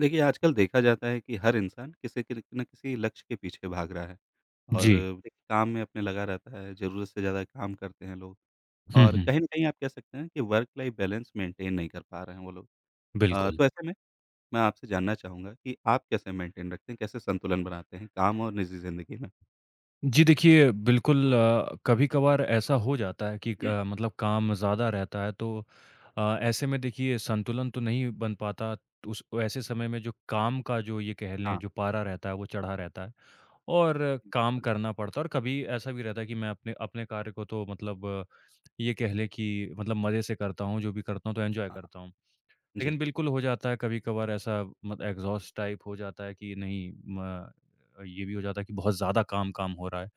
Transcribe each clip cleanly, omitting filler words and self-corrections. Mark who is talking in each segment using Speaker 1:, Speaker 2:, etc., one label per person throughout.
Speaker 1: देखिए, आजकल देखा जाता है कि हर इंसान किसी के ना किसी लक्ष्य के पीछे भाग रहा है और
Speaker 2: जी।
Speaker 1: देखिए, काम में अपने लगा रहता है, ज़रूरत से ज़्यादा काम करते हैं लोग
Speaker 2: हुँ,
Speaker 1: और
Speaker 2: हुँ।
Speaker 1: कहीं न कहीं आप कह सकते हैं कि वर्क लाइफ़ बैलेंस मेंटेन नहीं कर पा रहे हैं वो लोग।
Speaker 2: बिल्कुल।
Speaker 1: तो ऐसे में मैं आपसे जानना चाहूँगा कि आप कैसे मेंटेन रखते हैं, कैसे संतुलन बनाते हैं काम और निजी ज़िंदगी में?
Speaker 2: जी देखिए, बिल्कुल कभी-कभार ऐसा हो जाता है कि
Speaker 1: हम्म,
Speaker 2: क मतलब काम ज़्यादा रहता है तो ऐसे में देखिए संतुलन तो नहीं बन पाता। उस ऐसे समय में जो काम का जो ये कह लें
Speaker 1: हाँ,
Speaker 2: जो पारा रहता है वो चढ़ा रहता है और काम करना पड़ता है और कभी ऐसा भी रहता है कि मैं अपने अपने कार्य को तो मतलब ये कह लें कि मतलब मज़े से करता हूँ, जो भी करता हूँ तो एन्जॉय
Speaker 1: हाँ,
Speaker 2: करता हूँ।
Speaker 1: जी,
Speaker 2: लेकिन बिल्कुल हो जाता है कभी-कभार ऐसा मत एग्ज़ॉस्ट टाइप हो जाता है कि नहीं म ये भी हो जाता है कि बहुत ज़्यादा काम हो रहा है।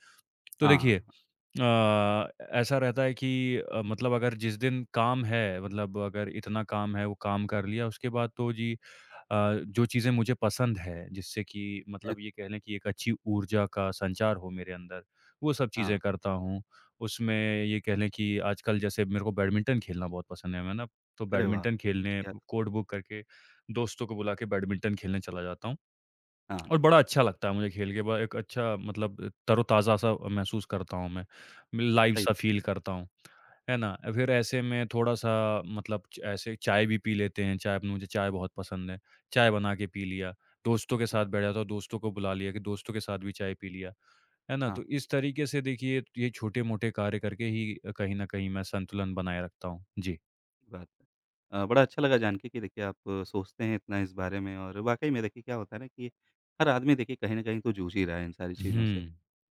Speaker 2: तो
Speaker 1: हाँ, हाँ,
Speaker 2: देखिए अ, ऐसा रहता है कि मतलब अगर जिस दिन काम है मतलब अगर इतना काम है वो काम कर लिया उसके बाद तो जी अ, जो चीज़ें मुझे पसंद है जिससे कि मतलब ये कह लें कि एक अच्छी ऊर्जा का संचार हो मेरे अंदर, वो सब चीज़ें
Speaker 1: हाँ,
Speaker 2: करता हूँ। उसमें ये कह लें कि आजकल जैसे मेरे को बैडमिंटन खेलना बहुत पसंद है मैं ना, तो
Speaker 1: अरे वाह!
Speaker 2: बैडमिंटन खेलने
Speaker 1: अच्छी आदत।
Speaker 2: कोर्ट बुक करके दोस्तों को बुला के बैडमिंटन खेलने चला जाता हूँ।
Speaker 1: हाँ,
Speaker 2: और बड़ा अच्छा लगता है मुझे खेल के बड़ा एक अच्छा मतलब तरोताज़ा-सा महसूस करता हूँ मैं।
Speaker 1: सही
Speaker 2: लाइव-सा
Speaker 1: बात
Speaker 2: फ़ील
Speaker 1: है,
Speaker 2: करता हूँ, है ना? फिर ऐसे में थोड़ा-सा मतलब च ऐसे चाय भी पी लेते हैं, चाय मुझे चाय बहुत पसंद है। चाय बना के पी लिया, दोस्तों के साथ बैठा तो दोस्तों को बुला लिया कि दोस्तों के साथ भी चाय पी लिया, है ना?
Speaker 1: हाँ।
Speaker 2: तो इस तरीके से देखिए ये छोटे-मोटे कार्य करके ही कहीं न कहीं मैं संतुलन बनाए रखता हूँ। जी।
Speaker 1: बात है। बड़ा अच्छा लगा जान के कि देखिए आप सोचते हैं इतना इस बारे में और वाक़ई में देखिए क्या होता है ना कि हर आदमी देखिए कहीं न कहीं तो जूझ ही रहा है इन सारी चीज़ों
Speaker 2: हुँ।
Speaker 1: से।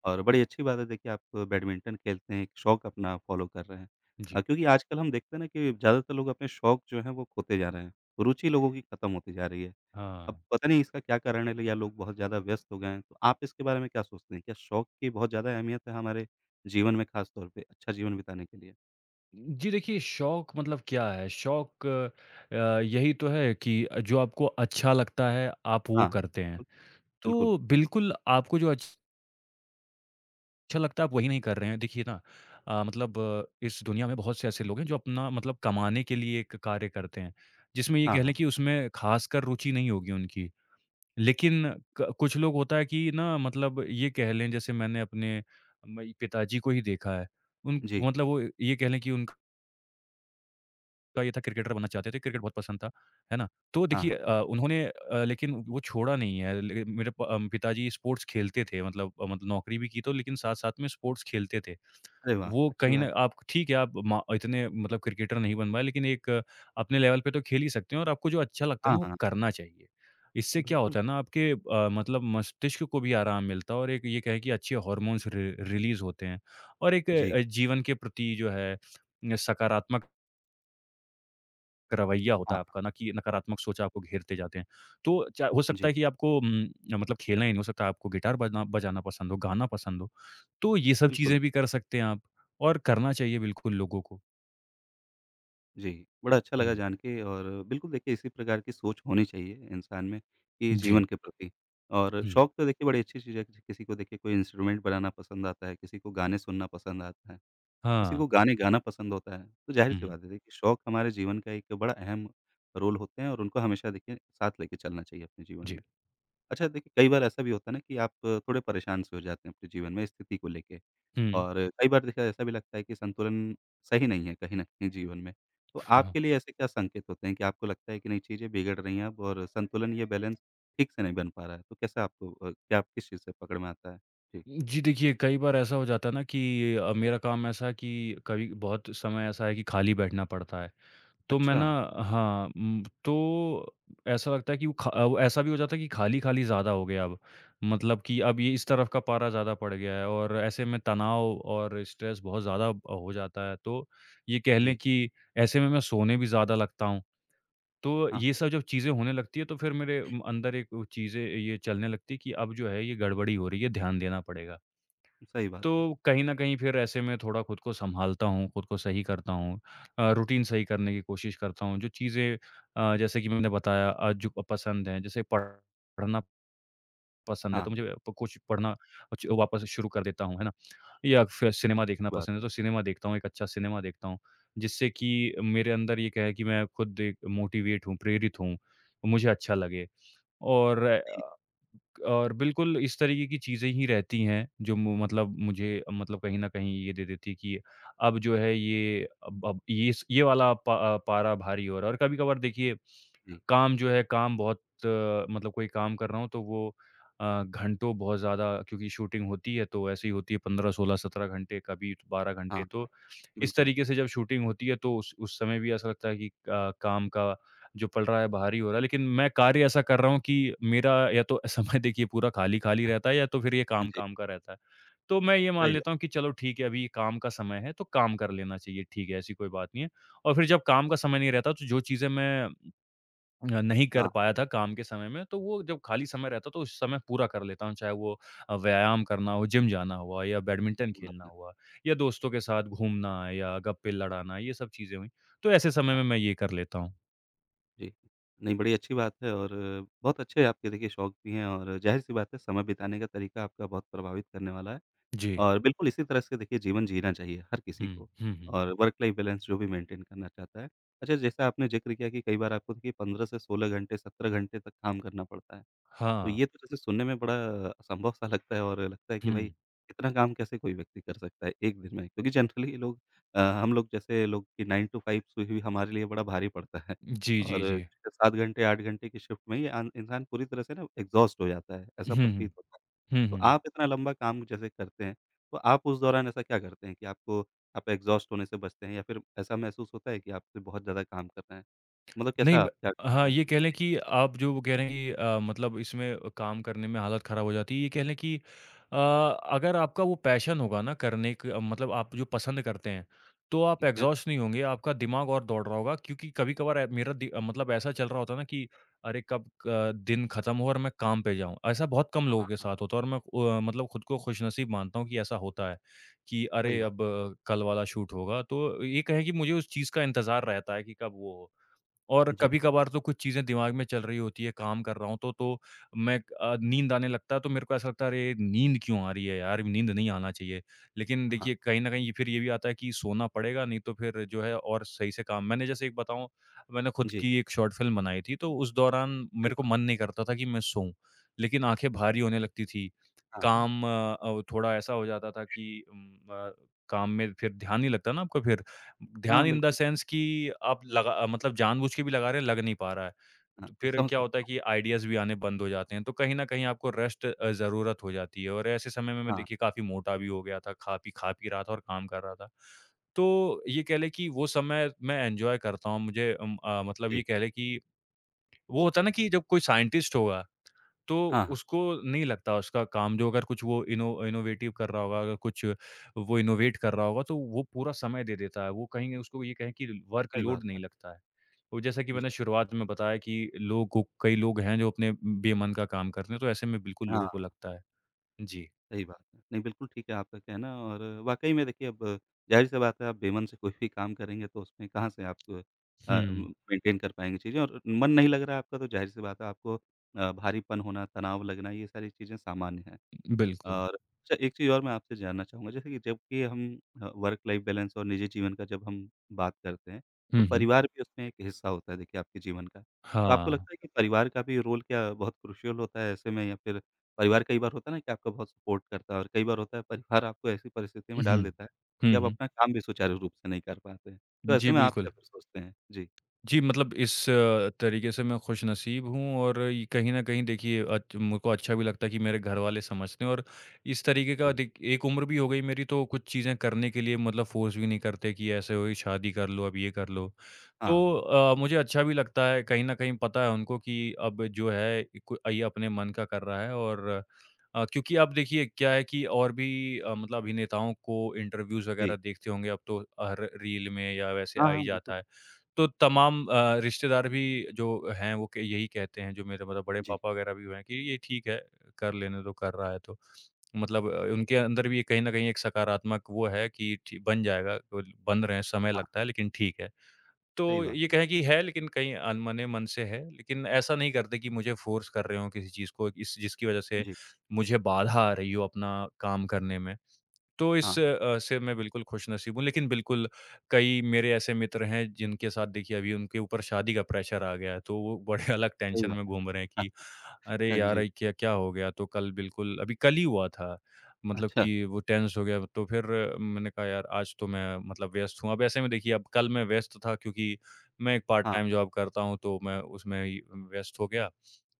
Speaker 1: और बड़ी अच्छी बात है देखिए आप बैडमिंटन खेलते हैं, एक शौक अपना फ़ॉलो कर रहे हैं।
Speaker 2: जी।
Speaker 1: क्योंकि आजकल हम देखते हैं ना कि ज़्यादातर लोग अपने शौक जो हैं वो खोते जा रहे हैं। रुचि लोगों की खत्म होती जा रही है।
Speaker 2: हाँ।
Speaker 1: अब पता नहीं इसका क्या कारण है या लोग बहुत ज़्यादा व्यस्त हो गए हैं। तो आप इसके बारे में क्या सोचते हैं? क्या शौक की बहुत ज़्यादा अहमियत है हमारे जीवन में ख़ास तौर पे अच्छा जीवन बिताने के लिए?
Speaker 2: जी देखिए शौक मतलब क्या है? शौक यही तो है कि जो आपको अच्छा लगता है आप वो
Speaker 1: हाँ, हाँ।
Speaker 2: करते हैं।
Speaker 1: बिल्कुल, बिल्कुल।
Speaker 2: तो बिल्कुल आपको जो अच्छा लगता है आप वही नहीं कर रहे हैं। देखिए ना मतलब इस दुनिया में बहुत से ऐसे लोग हैं जो अपना मतलब कमाने के लिए एक कार्य करते हैं, जिसमें ये
Speaker 1: हाँ,
Speaker 2: कह लें
Speaker 1: हाँ।
Speaker 2: कि उसमें ख़ासकर रुचि नहीं होगी उनकी। लेकिन क कुछ लोग होता है कि ना मतलब ये कह लें जैसे मैंने अपने म पिताजी को ही देखा है। उन
Speaker 1: जी,
Speaker 2: मतलब वो ये कह लें कि उनका का ये था क्रिकेटर बनना चाहते थे, क्रिकेट बहुत पसंद था, है ना? तो
Speaker 1: हाँ, हाँ।
Speaker 2: देखिए उन्होंने लेकिन वो छोड़ा नहीं है ले मेरे पिताजी स्पोर्ट्स खेलते थे मतलब मतलब नौकरी भी की तो लेकिन साथ-साथ में स्पोर्ट्स खेलते थे।
Speaker 1: अरे वाह!
Speaker 2: वो
Speaker 1: अच्छी
Speaker 2: कहीं
Speaker 1: बात।
Speaker 2: न आप ठीक है, आप मा इतने मतलब क्रिकेटर नहीं बन पाए लेकिन एक अपने लेवल पे तो खेल ही सकते हैं और आपको जो अच्छा लगता है
Speaker 1: हाँ,
Speaker 2: ना वो
Speaker 1: हाँ,
Speaker 2: करना चाहिए। इससे क्या
Speaker 1: बिल्कुल।
Speaker 2: होता है ना आपके मतलब मस्तिष्क को भी आराम मिलता है और एक ये कहें कि अच्छे हार्मोन्स रि रिलीज़ होते हैं और एक
Speaker 1: जी,
Speaker 2: जीवन के प्रति जो है, सकारात्मक रवैया होता
Speaker 1: हाँ,
Speaker 2: है
Speaker 1: हाँ,
Speaker 2: आपका ना कि नकारात्मक सोच आपको घेरते जाते हैं। तो चा हो सकता
Speaker 1: जी,
Speaker 2: है कि आपको मतलब खेलना ही नहीं हो सकता, है आपको गिटार बजना बजाना पसंद हो, गाना पसंद हो, तो ये सब
Speaker 1: बिल्कुल,
Speaker 2: चीज़ें भी कर सकते हैं आप और करना चाहिए बिल्कुल लोगों को।
Speaker 1: जी। बड़ा अच्छा लगा
Speaker 2: हुँ।
Speaker 1: जान के और बिल्कुल देखिए इसी प्रकार की सोच होनी चाहिए इंसान में कि
Speaker 2: जी।
Speaker 1: जीवन के प्रति। और
Speaker 2: हुँ।
Speaker 1: शौक तो देखिए बड़ी अच्छी चीज़ है, कि किसी को देखिए कोई इंस्ट्रूमेंट बनाना पसंद आता है, किसी को गाने सुनना पसंद आता है, किसी
Speaker 2: हाँ।
Speaker 1: को गाने गाना पसंद होता है। तो ज़ाहिर-सी
Speaker 2: हुँ।
Speaker 1: बात है देखिए शौक हमारे जीवन का एक बड़ा अहम रोल होते हैं और उनको हमेशा देखिए साथ लेके चलना चाहिए अपने जीवन
Speaker 2: जी।
Speaker 1: में। अच्छा देखिए कई बार ऐसा भी होता है ना कि आप थोड़े परेशान से हो जाते हैं अपने जीवन में स्थिति को लेके।
Speaker 2: हुँ।
Speaker 1: और कई बार देखिए ऐसा भी लगता है कि संतुलन सही नहीं है कहीं न कहीं जीवन में। तो
Speaker 2: हाँ।
Speaker 1: आपके लिए ऐसे क्या संकेत होते हैं कि आपको लगता है कि नहीं चीज़ें बिगड़ रही हैं अब और संतुलन ये बैलेंस ठीक से नहीं बन पा रहा है? तो कैसे आपको क्या आप किस चीज़ से पकड़ में आता है? जी।
Speaker 2: जी, देखिए कई बार ऐसा हो जाता है ना कि मेरा काम ऐसा है कि कभी बहुत समय ऐसा है कि खाली बैठना पड़ता है। तो मैं
Speaker 1: अच्छा,
Speaker 2: ना हाँ, तो ऐसा लगता है कि वो ऐसा भी हो जाता है कि खाली-खाली ज़्यादा हो गया अब। मतलब कि अब ये इस तरफ का पारा ज़्यादा पड़ गया है और ऐसे में तनाव और स्ट्रेस बहुत ज़्यादा हो जाता है। तो ये कह लें
Speaker 1: जी।
Speaker 2: कि ऐसे में मैं सोने भी ज़्यादा लगता हूँ। तो
Speaker 1: हाँ, हाँ,
Speaker 2: ये सब जब चीज़ें होने लगती है तो फिर मेरे अंदर एक वो चीज़ें ये चलने लगती है कि अब जो है ये गड़बड़ी हो रही है, ध्यान देना पड़ेगा।
Speaker 1: सही बात
Speaker 2: तो
Speaker 1: है।
Speaker 2: कहीं न कहीं फिर ऐसे में थोड़ा खुद को सँभालता हूँ, खुद को सही करता हूँ। रूटीन सही करने की कोशिश करता हूँ। जो चीज़ें जैसे कि मैंने बताया जो पसंद हैं, जैसे पढ़ना पसंद
Speaker 1: हाँ,
Speaker 2: है तो
Speaker 1: हाँ,
Speaker 2: मुझे प कुछ पढ़ना कुछ वापस से शुरू कर देता हूँ, है ना? या फिर सिनेमा
Speaker 1: ठीक
Speaker 2: देखना
Speaker 1: बात
Speaker 2: पसंद है
Speaker 1: है।
Speaker 2: तो सिनेमा देखता हूँ, एक अच्छा सिनेमा देखता हूँ। जिससे कि मेरे अंदर ये क्या है कि मैं खुद एक मोटिवेट हूँ, प्रेरित हूँ, मुझे अच्छा लगे और बिल्कुल इस तरीके की चीज़ें ही रहती हैं, जो मु मतलब मुझे मतलब कहीं न कहीं ये दे देती है कि अब जो है ये अब ये स ये पारा भारी हो रहा है और कभी-कभार देखिए
Speaker 1: जी,
Speaker 2: काम जो है काम बहुत मतलब कोई काम कर रहा हूँ तो वो घंटों बहुत ज़्यादा क्योंकि शूटिंग होती है तो ऐसे ही होती है 15, 16, 17 घंटे कभी 12
Speaker 1: हाँ,
Speaker 2: घंटे तो
Speaker 1: हाँ,
Speaker 2: इस
Speaker 1: बिल्कुल।
Speaker 2: तरीके से जब शूटिंग होती है तो उस समय भी ऐसा लगता है कि काम का जो पड़ रहा है बाहर ही हो रहा है। लेकिन मैं कार्य ऐसा कर रहा हूँ कि मेरा या तो समय देखिए पूरा खाली-खाली रहता है या तो फिर ये
Speaker 1: हाँ जी,
Speaker 2: काम-काम का रहता है। तो मैं ये मान
Speaker 1: सही
Speaker 2: लेता हूँ
Speaker 1: बात।
Speaker 2: कि चलो ठीक है अभी ये काम का समय है तो काम कर लेना चाहिए ठीक है ऐसी कोई बात नहीं है। और फिर जब काम का समय नहीं रहता तो जो चीज़ें मैं नहीं कर
Speaker 1: हाँ,
Speaker 2: पाया था काम के समय में, तो वो जब खाली समय रहता तो उस समय पूरा कर लेता हूँ, चाहे वो व्यायाम करना हो, जिम जाना हुआ या बैडमिंटन
Speaker 1: ठीक बात
Speaker 2: खेलना
Speaker 1: है।
Speaker 2: हुआ या दोस्तों के साथ घूमना या गप्पे लड़ाना, ये सब चीज़ें हुईं। तो ऐसे समय
Speaker 1: हाँ,
Speaker 2: में मैं
Speaker 1: हाँ,
Speaker 2: ये कर लेता हूँ।
Speaker 1: जी। नहीं, बड़ी अच्छी बात है और बहुत अच्छे आपके देखिए शौक भी हैं और ज़ाहिर-सी बात है समय बिताने का तरीका आपका बहुत प्रभावित करने वाला है।
Speaker 2: जी।
Speaker 1: और बिल्कुल इसी तरह से देखिए जीवन जीना चाहिए हर किसी
Speaker 2: हुँ,
Speaker 1: को
Speaker 2: हुँ, हुँ।
Speaker 1: और वर्क लाइफ बैलेंस जो भी मेंटेन करना चाहता है। अच्छा, जैसा आपने ज़िक्र किया कि कई बार आपको देखिए 15 से 16 घंटे 17 घंटे तक काम करना पड़ता है। तो
Speaker 2: हाँ।
Speaker 1: ये तो जैसे सुनने में बड़ा असंभव सा लगता है और लगता है कि भाई
Speaker 2: हुँ।
Speaker 1: इतना काम कैसे कोई व्यक्ति कर सकता है 1 दिन में? क्योंकि जनरली ये लोग हम लोग जैसे लोग की 9 टू 5 सुई हुई हमारे लिए बड़ा भारी पड़ता है
Speaker 2: जी, जी,
Speaker 1: और
Speaker 2: जी।
Speaker 1: 7 घंटे 8 घंटे की शिफ्ट में ही आन इंसान पूरी तरह से ना एग्ज़ॉस्ट हो जाता है, ऐसा
Speaker 2: हुँ,
Speaker 1: प्रतीत
Speaker 2: हुँ।
Speaker 1: होता है।
Speaker 2: हुँ,
Speaker 1: तो
Speaker 2: हुँ।
Speaker 1: आप इतना लंबा काम जैसे करते हैं, तो आप उस दौरान ऐसा क्या करते हैं कि आपको आप एग्ज़ॉस्ट होने से बचते हैं या फिर ऐसा महसूस होता है कि आपसे बहुत ज़्यादा काम करना है? मतलब
Speaker 2: नहीं
Speaker 1: कैसा
Speaker 2: ब
Speaker 1: आप क्या
Speaker 2: हाँ,
Speaker 1: करते हैं
Speaker 2: ये
Speaker 1: इसमें?
Speaker 2: कह लें
Speaker 1: ठीक
Speaker 2: कि आप जो वो कह रहे हैं कि मतलब इसमें काम करने में हालत ख़राब हो जाती है, ये कह लें कि अगर आपका वो पैशन होगा ना करने क मतलब आप जो पसंद करते हैं, तो आप
Speaker 1: ठीक है।
Speaker 2: एग्ज़ॉस्ट नहीं होंगे, आपका दिमाग और दौड़ रहा होगा क्योंकि कभी-कभार ए मेरा मतलब ऐसा चल रहा होता है ना कि अरे कब क दिन ख़त्म हो और मैं काम पे जाऊँ। ऐसा बहुत कम लोगों
Speaker 1: हाँ,
Speaker 2: के
Speaker 1: हाँ,
Speaker 2: साथ होता है और मैं मतलब खुद को खुशनसीब मानता हूँ कि ऐसा होता है, कि
Speaker 1: सही
Speaker 2: अरे
Speaker 1: बात।
Speaker 2: अब कल वाला शूट होगा, तो ये कहें कि मुझे उस चीज़ का इंतज़ार रहता है कि कब वो हो। और
Speaker 1: जी,
Speaker 2: कभी-कभार तो कुछ चीज़ें दिमाग में चल रही होती है, काम कर रहा हूँ तो मैं नींद आने लगता है तो मेरे को ऐसा लगता है अरे! नींद क्यों आ रही है यार? नींद नहीं आना चाहिए। लेकिन
Speaker 1: हाँ,
Speaker 2: देखिए कहीं न कहीं ये फिर ये भी आता है कि सोना पड़ेगा नहीं तो फिर जो है और सही से काम मैंने जैसे एक बताऊँ मैंने खुद
Speaker 1: जी,
Speaker 2: की एक शॉर्ट फ़िल्म बनाई थी तो उस दौरान
Speaker 1: सही
Speaker 2: मेरे को
Speaker 1: बात।
Speaker 2: मन नहीं करता था कि मैं सोऊँ, लेकिन आँखें भारी होने लगती थी।
Speaker 1: हाँ, हाँ।
Speaker 2: काम थोड़ा ऐसा हो जाता था कि अ, काम में फिर ध्यान नहीं लगता ना आपका फिर ध्यान
Speaker 1: हाँ,
Speaker 2: इन द
Speaker 1: बिल्कुल।
Speaker 2: सेंस कि आप लगा मतलब जानबूझ के भी लगा रहे हैं, लग नहीं पा रहा है।
Speaker 1: हाँ,
Speaker 2: तो
Speaker 1: हाँ,
Speaker 2: फिर
Speaker 1: समझ
Speaker 2: क्या होता है
Speaker 1: सकता
Speaker 2: कि
Speaker 1: हूँ।
Speaker 2: आइडियाज़ भी आने बंद हो जाते हैं, तो कहीं न कहीं आपको रेस्ट ज़रूरत हो जाती है और ऐसे समय में मैं
Speaker 1: हाँ,
Speaker 2: देखिए काफ़ी मोटा भी हो गया था, खा पी रहा था और काम कर रहा था। तो ये कह लें कि वो समय मैं एन्जॉय करता हूँ, मुझे मतलब ये
Speaker 1: जी।
Speaker 2: कह लें कि वो होता है ना कि जब कोई साइंटिस्ट होगा तो
Speaker 1: हाँ, हाँ,
Speaker 2: उसको नहीं लगता उसका काम जो अगर कुछ वो इनोवेटिव कर रहा होगा, अगर कुछ वो इनोवेट कर रहा होगा, तो वो पूरा समय दे देता है। वो कहीं उसको ये कहें कि
Speaker 1: सही बात
Speaker 2: वर्कलोड नहीं
Speaker 1: है।
Speaker 2: लगता है। और जैसा कि
Speaker 1: जी,
Speaker 2: मैंने शुरुआत में बताया कि लोगों कई लोग हैं जो अपने बेमन का काम करते हैं, तो ऐसे में बिल्कुल लोगों को
Speaker 1: हाँ।
Speaker 2: लगता है। जी।
Speaker 1: सही बात है। नहीं, बिल्कुल ठीक है आपका कहना और वाक़ई में देखिए अब ज़ाहिर-सी बात है आप बेमन से कोई भी काम करेंगे तो उसमें कहाँ से आप अ,
Speaker 2: हुँ,
Speaker 1: म मेंटेन कर पाएँगे चीज़ें और मन नहीं लग रहा है आपका तो ज़ाहिर-सी बात है आपको भारीपन होना, तनाव लगना ये सारी चीज़ें सामान्य हैं।
Speaker 2: बिल्कुल।
Speaker 1: और अच्छा, एक चीज़ और मैं आपसे जानना चाहूँगा जैसे कि जब कि हम वर्क लाइफ बैलेंस और निजी जीवन का जब हम बात करते हैं, तो
Speaker 2: हुँ, हुँ।
Speaker 1: परिवार भी उसमें एक हिस्सा होता है देखिए आपके जीवन का। तो आपको
Speaker 2: हाँ।
Speaker 1: लगता है कि परिवार का भी रोल क्या बहुत क्रूशियल होता है ऐसे में या फिर परिवार कई बार होता है ना कि आपका बहुत सपोर्ट करता है और कई बार होता है परिवार आपको ऐसी परिस्थिति में
Speaker 2: हुँ।
Speaker 1: डाल देता है
Speaker 2: हुँ,
Speaker 1: कि आप
Speaker 2: हुँ।
Speaker 1: अपना काम भी सुचारू रूप से नहीं कर पाते हैं। तो ऐसे
Speaker 2: जी,
Speaker 1: में आप
Speaker 2: बिल्कुल।
Speaker 1: क्या फिर सोचते हैं? जी,
Speaker 2: जी, मतलब इस तरीके से मैं खुशनसीब हूँ और ये कहीं न कहीं देखिए अच मुझको अच्छा भी लगता है कि मेरे घरवाले समझते हैं और इस तरीके का
Speaker 1: जी।
Speaker 2: देख एक उम्र भी हो गई मेरी तो कुछ चीज़ें करने के लिए मतलब फ़ोर्स भी नहीं करते कि ऐसे हो, शादी कर लो, अब ये कर लो।
Speaker 1: हाँ,
Speaker 2: तो
Speaker 1: हाँ।
Speaker 2: मुझे अच्छा भी लगता है, कहीं न कहीं पता है उनको कि अब जो है को ये अपने मन का कर रहा है और क्योंकि अब देखिए क्या है कि और भी मतलब अभिनेताओं को इंटरव्यूज़ वग़ैरह
Speaker 1: जी।
Speaker 2: देखते होंगे अब तो हर रील में या वैसे
Speaker 1: हाँ,
Speaker 2: आ ही
Speaker 1: हाँ, बिल्कुल।
Speaker 2: जाता है। तो तमाम रिश्तेदार भी जो हैं वो क यही कहते हैं जो मेरे मतलब बड़े
Speaker 1: जी।
Speaker 2: पापा वगैरह भी हैं कि ये ठीक है, कर लेने दो कर रहा है तो। मतलब उनके अंदर भी कहीं न कहीं एक सकारात्मक वो है कि ठी बन जाएगा, कुल बन रहे हैं समय लगता
Speaker 1: हाँ,
Speaker 2: है लेकिन ठीक है। तो
Speaker 1: सही बात
Speaker 2: ये
Speaker 1: है।
Speaker 2: कहें कि है लेकिन कहीं अनमने मन से है, लेकिन ऐसा नहीं करते कि मुझे फ़ोर्स कर रहे हों किसी चीज़ को इस जिसकी वज़ह से
Speaker 1: जी।
Speaker 2: मुझे बाधा आ रही हो अपना काम करने में। तो इस
Speaker 1: हाँ, हाँ।
Speaker 2: से मैं बिल्कुल खुशनसीब हूँ, लेकिन बिल्कुल कई मेरे ऐसे मित्र हैं जिनके साथ देखिए अभी उनके ऊपर शादी का प्रेशर आ गया है, तो वो बड़े अलग
Speaker 1: सही
Speaker 2: टेंशन में घूम रहे हैं
Speaker 1: बात।
Speaker 2: कि अरे यार!
Speaker 1: जी।
Speaker 2: ये क्या क्या हो गया? तो कल बिल्कुल अभी कल ही हुआ था। मतलब
Speaker 1: अच्छा।
Speaker 2: कि वो टेंस हो गया तो फिर मैंने कहा यार आज तो मैं मतलब व्यस्त हूँ। अब ऐसे में देखिए अब कल मैं व्यस्त था क्योंकि मैं एक पार्ट
Speaker 1: हाँ,
Speaker 2: टाइम
Speaker 1: हाँ।
Speaker 2: जॉब करता हूँ तो मैं उसमें ही व्यस्त हो गया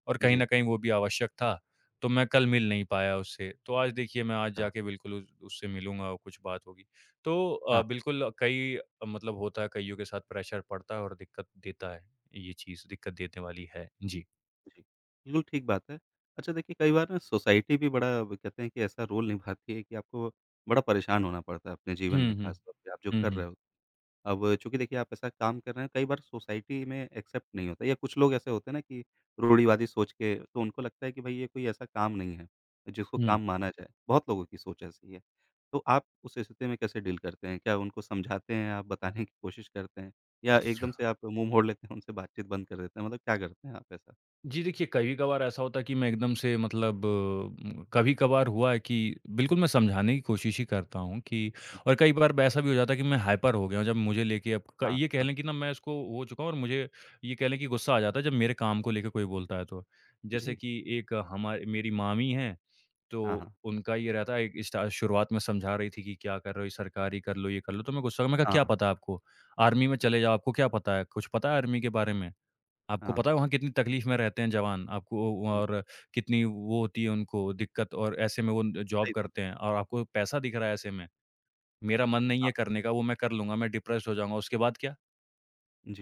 Speaker 2: और कहीं न
Speaker 1: जी,
Speaker 2: कहीं वो भी आवश्यक था। तो मैं कल मिल नहीं पाया उससे। तो आज देखिए मैं आज
Speaker 1: कहा।
Speaker 2: जाके बिल्कुल उस उससे मिलूँगा और कुछ बात होगी। तो
Speaker 1: हाँ,
Speaker 2: बिल्कुल कई मतलब होता है कइयों के साथ प्रेशर पड़ता है और दिक्कत देता है। ये चीज़ दिक्कत देने वाली है। जी।
Speaker 1: जी। बिल्कुल ठीक बात है। अच्छा देखिए कई बार ना सोसाइटी भी बड़ा वो कहते हैं कि ऐसा रोल निभाती है कि आपको बड़ा परेशान होना पड़ता है अपने जीवन
Speaker 2: हुँ,
Speaker 1: में
Speaker 2: हुँ।
Speaker 1: ख़ास तौर पे आप जो
Speaker 2: हुँ,
Speaker 1: कर
Speaker 2: हुँ।
Speaker 1: रहे हो। अब चूँकि देखिए आप ऐसा काम कर रहे हैं, कई बार सोसाइटी में एक्सेप्ट नहीं होता या कुछ लोग ऐसे होते हैं ना कि रूढ़िवादी सोच के तो उनको लगता है कि भाई ये कोई ऐसा काम नहीं है, जिसको
Speaker 2: हुँ।
Speaker 1: काम माना जाए। बहुत लोगों की सोच ऐसी है। तो आप उस स्थिति में कैसे डील करते हैं? क्या उनको समझाते हैं आप, बताने की कोशिश करते हैं या एकदम से आप मुँह मोड़ लेते हैं, उनसे बातचीत बंद कर देते हैं? मतलब क्या करते हैं आप ऐसा?
Speaker 2: जी, देखिए कभी-कभार ऐसा होता है कि मैं एकदम से मतलब कभी-कभार हुआ है कि बिल्कुल मैं समझाने की कोशिश ही करता हूँ कि और कई बार ऐसा भी हो जाता है कि मैं हाइपर हो गया हूँ, जब मुझे लेके अब क
Speaker 1: हाँ,
Speaker 2: ये कह
Speaker 1: हाँ।
Speaker 2: लें कि ना मैं इसको हो चुका हूँ और मुझे ये कह लें कि गुस्सा आ जाता है जब मेरे काम को लेके कोई बोलता है तो। जैसे
Speaker 1: जी।
Speaker 2: कि एक हमा मेरी मामी हैं,
Speaker 1: हाँ,
Speaker 2: तो
Speaker 1: हाँ।
Speaker 2: उनका ये रहता है एक स्टा शुरुआत में समझा रही थी कि क्या कर रहे हो, ये सरकारी कर लो, ये कर लो, तो मैं कहा क्या
Speaker 1: हाँ।
Speaker 2: पता है आपको? आर्मी में चले जाओ, आपको क्या पता है? कुछ पता है आर्मी के बारे में? आपको
Speaker 1: हाँ।
Speaker 2: पता है वहाँ कितनी तकलीफ़ में रहते हैं जवान, आपको
Speaker 1: हुँ,
Speaker 2: और कितनी वो होती है उनको दिक्कत और ऐसे में वो जॉब
Speaker 1: सही बात।
Speaker 2: करते हैं और आपको पैसा दिख रहा है ऐसे में, मेरा मन नहीं है
Speaker 1: हाँ।
Speaker 2: करने का, वो मैं कर लूँगा, मैं डिप्रेस्ड हो जाऊँगा, उसके बाद क्या?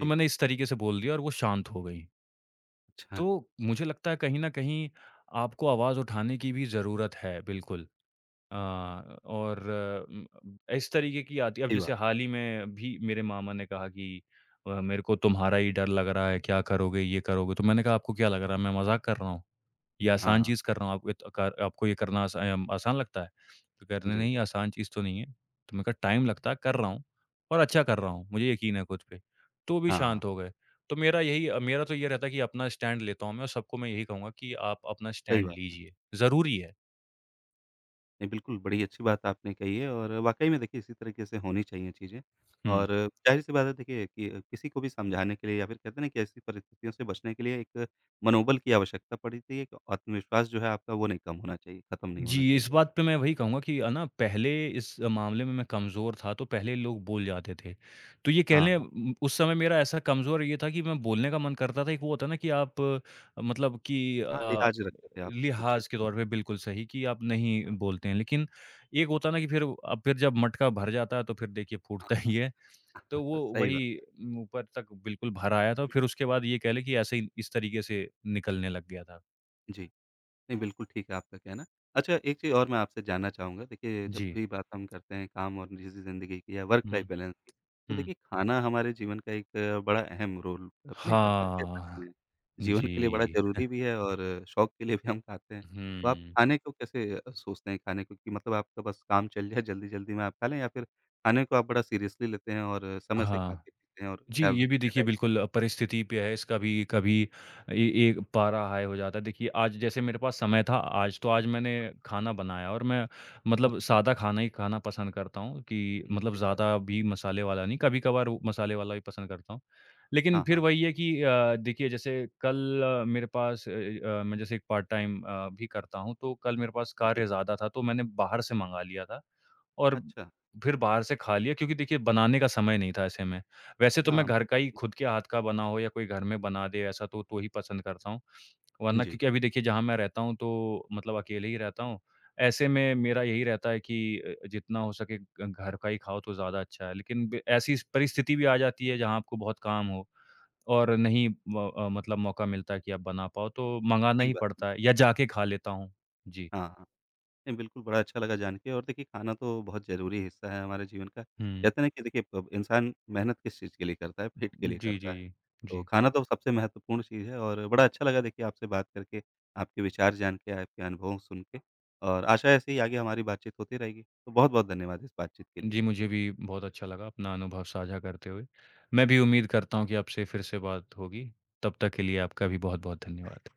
Speaker 2: तो मैंने इस तरीके से बोल दिया और वो शांत हो गईं।
Speaker 1: अच्छा,
Speaker 2: तो मुझे लगता है कहीं न कहीं आपको आवाज़ उठाने की भी ज़रूरत है, बिल्कुल। और उम, इस तरीके की आती है। अब
Speaker 1: सही
Speaker 2: जैसे
Speaker 1: बात।
Speaker 2: हाल ही में भी मेरे मामा ने कहा कि मेरे को तुम्हारा ही डर लग रहा है, क्या करोगे, ये करोगे? तो मैंने कहा, "आपको क्या लग रहा है? मैं मज़ाक कर रहा हूँ। ये
Speaker 1: हाँ,
Speaker 2: आसान
Speaker 1: हाँ।
Speaker 2: चीज़ कर रहा हूँ। आपको ये त कार आपको ये करना आसा आसान लगता है?" तो कह रहे, "नहीं,
Speaker 1: जी।
Speaker 2: नहीं, आसान चीज़ तो नहीं है।" तो मैंने कहा, "टाइम लगता है, कर रहा हूँ और अच्छा कर रहा हूँ। मुझे यकीन है खुद पे।" तो वो भी
Speaker 1: हाँ, हाँ।
Speaker 2: शांत हो गए। तो मेरा तो ये रहता है कि अपना स्टैंड लेता हूँ मैं और सबको मैं यही कहूँगा कि आप अपना
Speaker 1: सही
Speaker 2: स्टैंड
Speaker 1: बात।
Speaker 2: लीजिए। ज़रूरी है।
Speaker 1: नहीं, बिल्कुल, बड़ी अच्छी बात आपने कही है और वाक़ई में देखिए इसी तरीके से होनी चाहिए चीज़ें
Speaker 2: हुँ।
Speaker 1: और ज़ाहिर-सी बात है देखिए कि किसी को भी समझाने के लिए या फिर कहते हैं ना कि ऐसी परिस्थितियों से बचने के लिए एक मनोबल की आवश्यकता पड़ती है कि आत्मविश्वास जो है आपका वो नहीं कम होना चाहिए, ख़त्म नहीं होना
Speaker 2: जी, इस
Speaker 1: चाहिए।
Speaker 2: बात पे मैं वही कहूँगा कि ना पहले इस मामले में मैं कमज़ोर था, तो पहले लोग बोल जाते थे। तो ये कह लें
Speaker 1: हाँ,
Speaker 2: उस समय मेरा ऐसा कमज़ोर ये था कि मैं बोलने का मन करता था। एक वो होता है ना कि आप अ, मतलब कि
Speaker 1: हाँ,
Speaker 2: अ,
Speaker 1: लिहाज़ रखते थे आप कुछ
Speaker 2: लिहाज़ के
Speaker 1: चीज़ों में।
Speaker 2: तौर पे बिल्कुल सही कि आप नहीं
Speaker 1: हाँ,
Speaker 2: बोलते हैं। लेकिन एक होता है ना कि फिर जब मटका भर जाता है, तो फिर देखिए फूटता ही है। तो वो
Speaker 1: सही बात
Speaker 2: वही
Speaker 1: है।
Speaker 2: ऊपर तक बिल्कुल भर आया था। फिर उसके बाद ये कह लें कि ऐसे ही इस तरीके से निकलने लग गया था।
Speaker 1: जी। नहीं, बिल्कुल ठीक है आपका कहना। अच्छा, एक चीज़ और मैं आपसे जानना चाहूँगा, देखिए जब
Speaker 2: जी।
Speaker 1: भी बात हम करते हैं काम और निजी ज़िंदगी की या वर्क लाइफ़
Speaker 2: हुँ,
Speaker 1: बैलेंस की, तो
Speaker 2: हुँ।
Speaker 1: देखिए खाना हमारे जीवन का एक बड़ा अहम रोल प्ले करता है, कह सकते
Speaker 2: हाँ।
Speaker 1: हैं। जीवन के लिए बड़ा
Speaker 2: जी।
Speaker 1: ज़रूरी भी है और शौक के लिए भी हम खाते हैं। तो आप
Speaker 2: हुँ।
Speaker 1: खाने को कैसे सोचते हैं खाने को कि मतलब आपका बस काम चल जाए जल्दी-जल्दी में आप खा लें या फिर खाने को आप बड़ा सीरियसली लेते हैं और समय से
Speaker 2: हाँ।
Speaker 1: खाते-पीते हैं और
Speaker 2: जी,
Speaker 1: ख़्याल
Speaker 2: ये भी
Speaker 1: रखते हैं
Speaker 2: देखिए
Speaker 1: डाइट का?
Speaker 2: बिल्कुल परिस्थिति पे है इसका भी कभी ए एक पारा हाई हो जाता है। देखिए आज जैसे मेरे पास समय था आज, तो आज मैंने खाना बनाया और मैं मतलब
Speaker 1: अच्छा।
Speaker 2: सादा खाना ही खाना पसंद करता हूँ कि
Speaker 1: हुँ,
Speaker 2: मतलब
Speaker 1: सही बात।
Speaker 2: ज़्यादा भी मसाले वाला नहीं, कभी-कभार वो मसाले वाला भी पसंद करता हूँ। लेकिन
Speaker 1: हाँ,
Speaker 2: फिर
Speaker 1: हाँ।
Speaker 2: वही है कि देखिए जैसे कल मेरे पास मैं जैसे एक पार्ट टाइम भी करता हूँ, तो कल मेरे पास
Speaker 1: जी।
Speaker 2: कार्य ज़्यादा था, तो मैंने बाहर से मँगा लिया था। और
Speaker 1: अच्छा।
Speaker 2: फिर बाहर से खा लिया क्योंकि देखिए बनाने का समय नहीं था ऐसे में। वैसे तो मैं
Speaker 1: हाँ,
Speaker 2: घर का ही खुद के हाथ का बना हो या कोई घर में बना दे ऐसा तो ही पसंद करता हूँ। वरना
Speaker 1: जी।
Speaker 2: क्योंकि अभी देखिए जहाँ मैं रहता हूँ तो मतलब अकेले ही रहता हूँ। ऐसे में मेरा यही रहता है कि जितना हो सके घ घर का ही खाओ तो ज़्यादा अच्छा है। लेकिन ब ऐसी परिस्थिति भी आ जाती है जहाँ आपको बहुत काम हो और नहीं म अ, मतलब मौका मिलता है कि आप बना पाओ तो मँगाना
Speaker 1: ठीक
Speaker 2: ही
Speaker 1: बात है।
Speaker 2: पड़ता है या जाके खा लेता हूँ। जी।
Speaker 1: हाँ, हाँ। नहीं, बिल्कुल बड़ा अच्छा लगा जान के और देखिए खाना तो बहुत ज़रूरी हिस्सा है हमारे जीवन का।
Speaker 2: हुँ।
Speaker 1: कहते हैं ना कि देखिए ब इंसान मेहनत किस चीज़ के लिए करता है, पेट के लिए
Speaker 2: जी,
Speaker 1: करता
Speaker 2: जी,
Speaker 1: है।
Speaker 2: जी।
Speaker 1: तो
Speaker 2: जी।
Speaker 1: खाना तो सबसे महत्वपूर्ण चीज़ है और बड़ा अच्छा लगा देखिए आपसे बात करके, आपके विचार जान के, आपके अनुभव सुन के और आशा है ऐसे ही आगे हमारी बातचीत होती रहेगी। तो बहुत-बहुत धन्यवाद इस बातचीत के
Speaker 2: जी,
Speaker 1: लिए।
Speaker 2: मुझे भी बहुत अच्छा लगा अपना अनुभव साझा करते हुए। मैं भी उम्मीद करता हूँ कि आपसे फिर से बात होगी। तब तक के लिए आपका भी बहुत-बहुत धन्यवाद।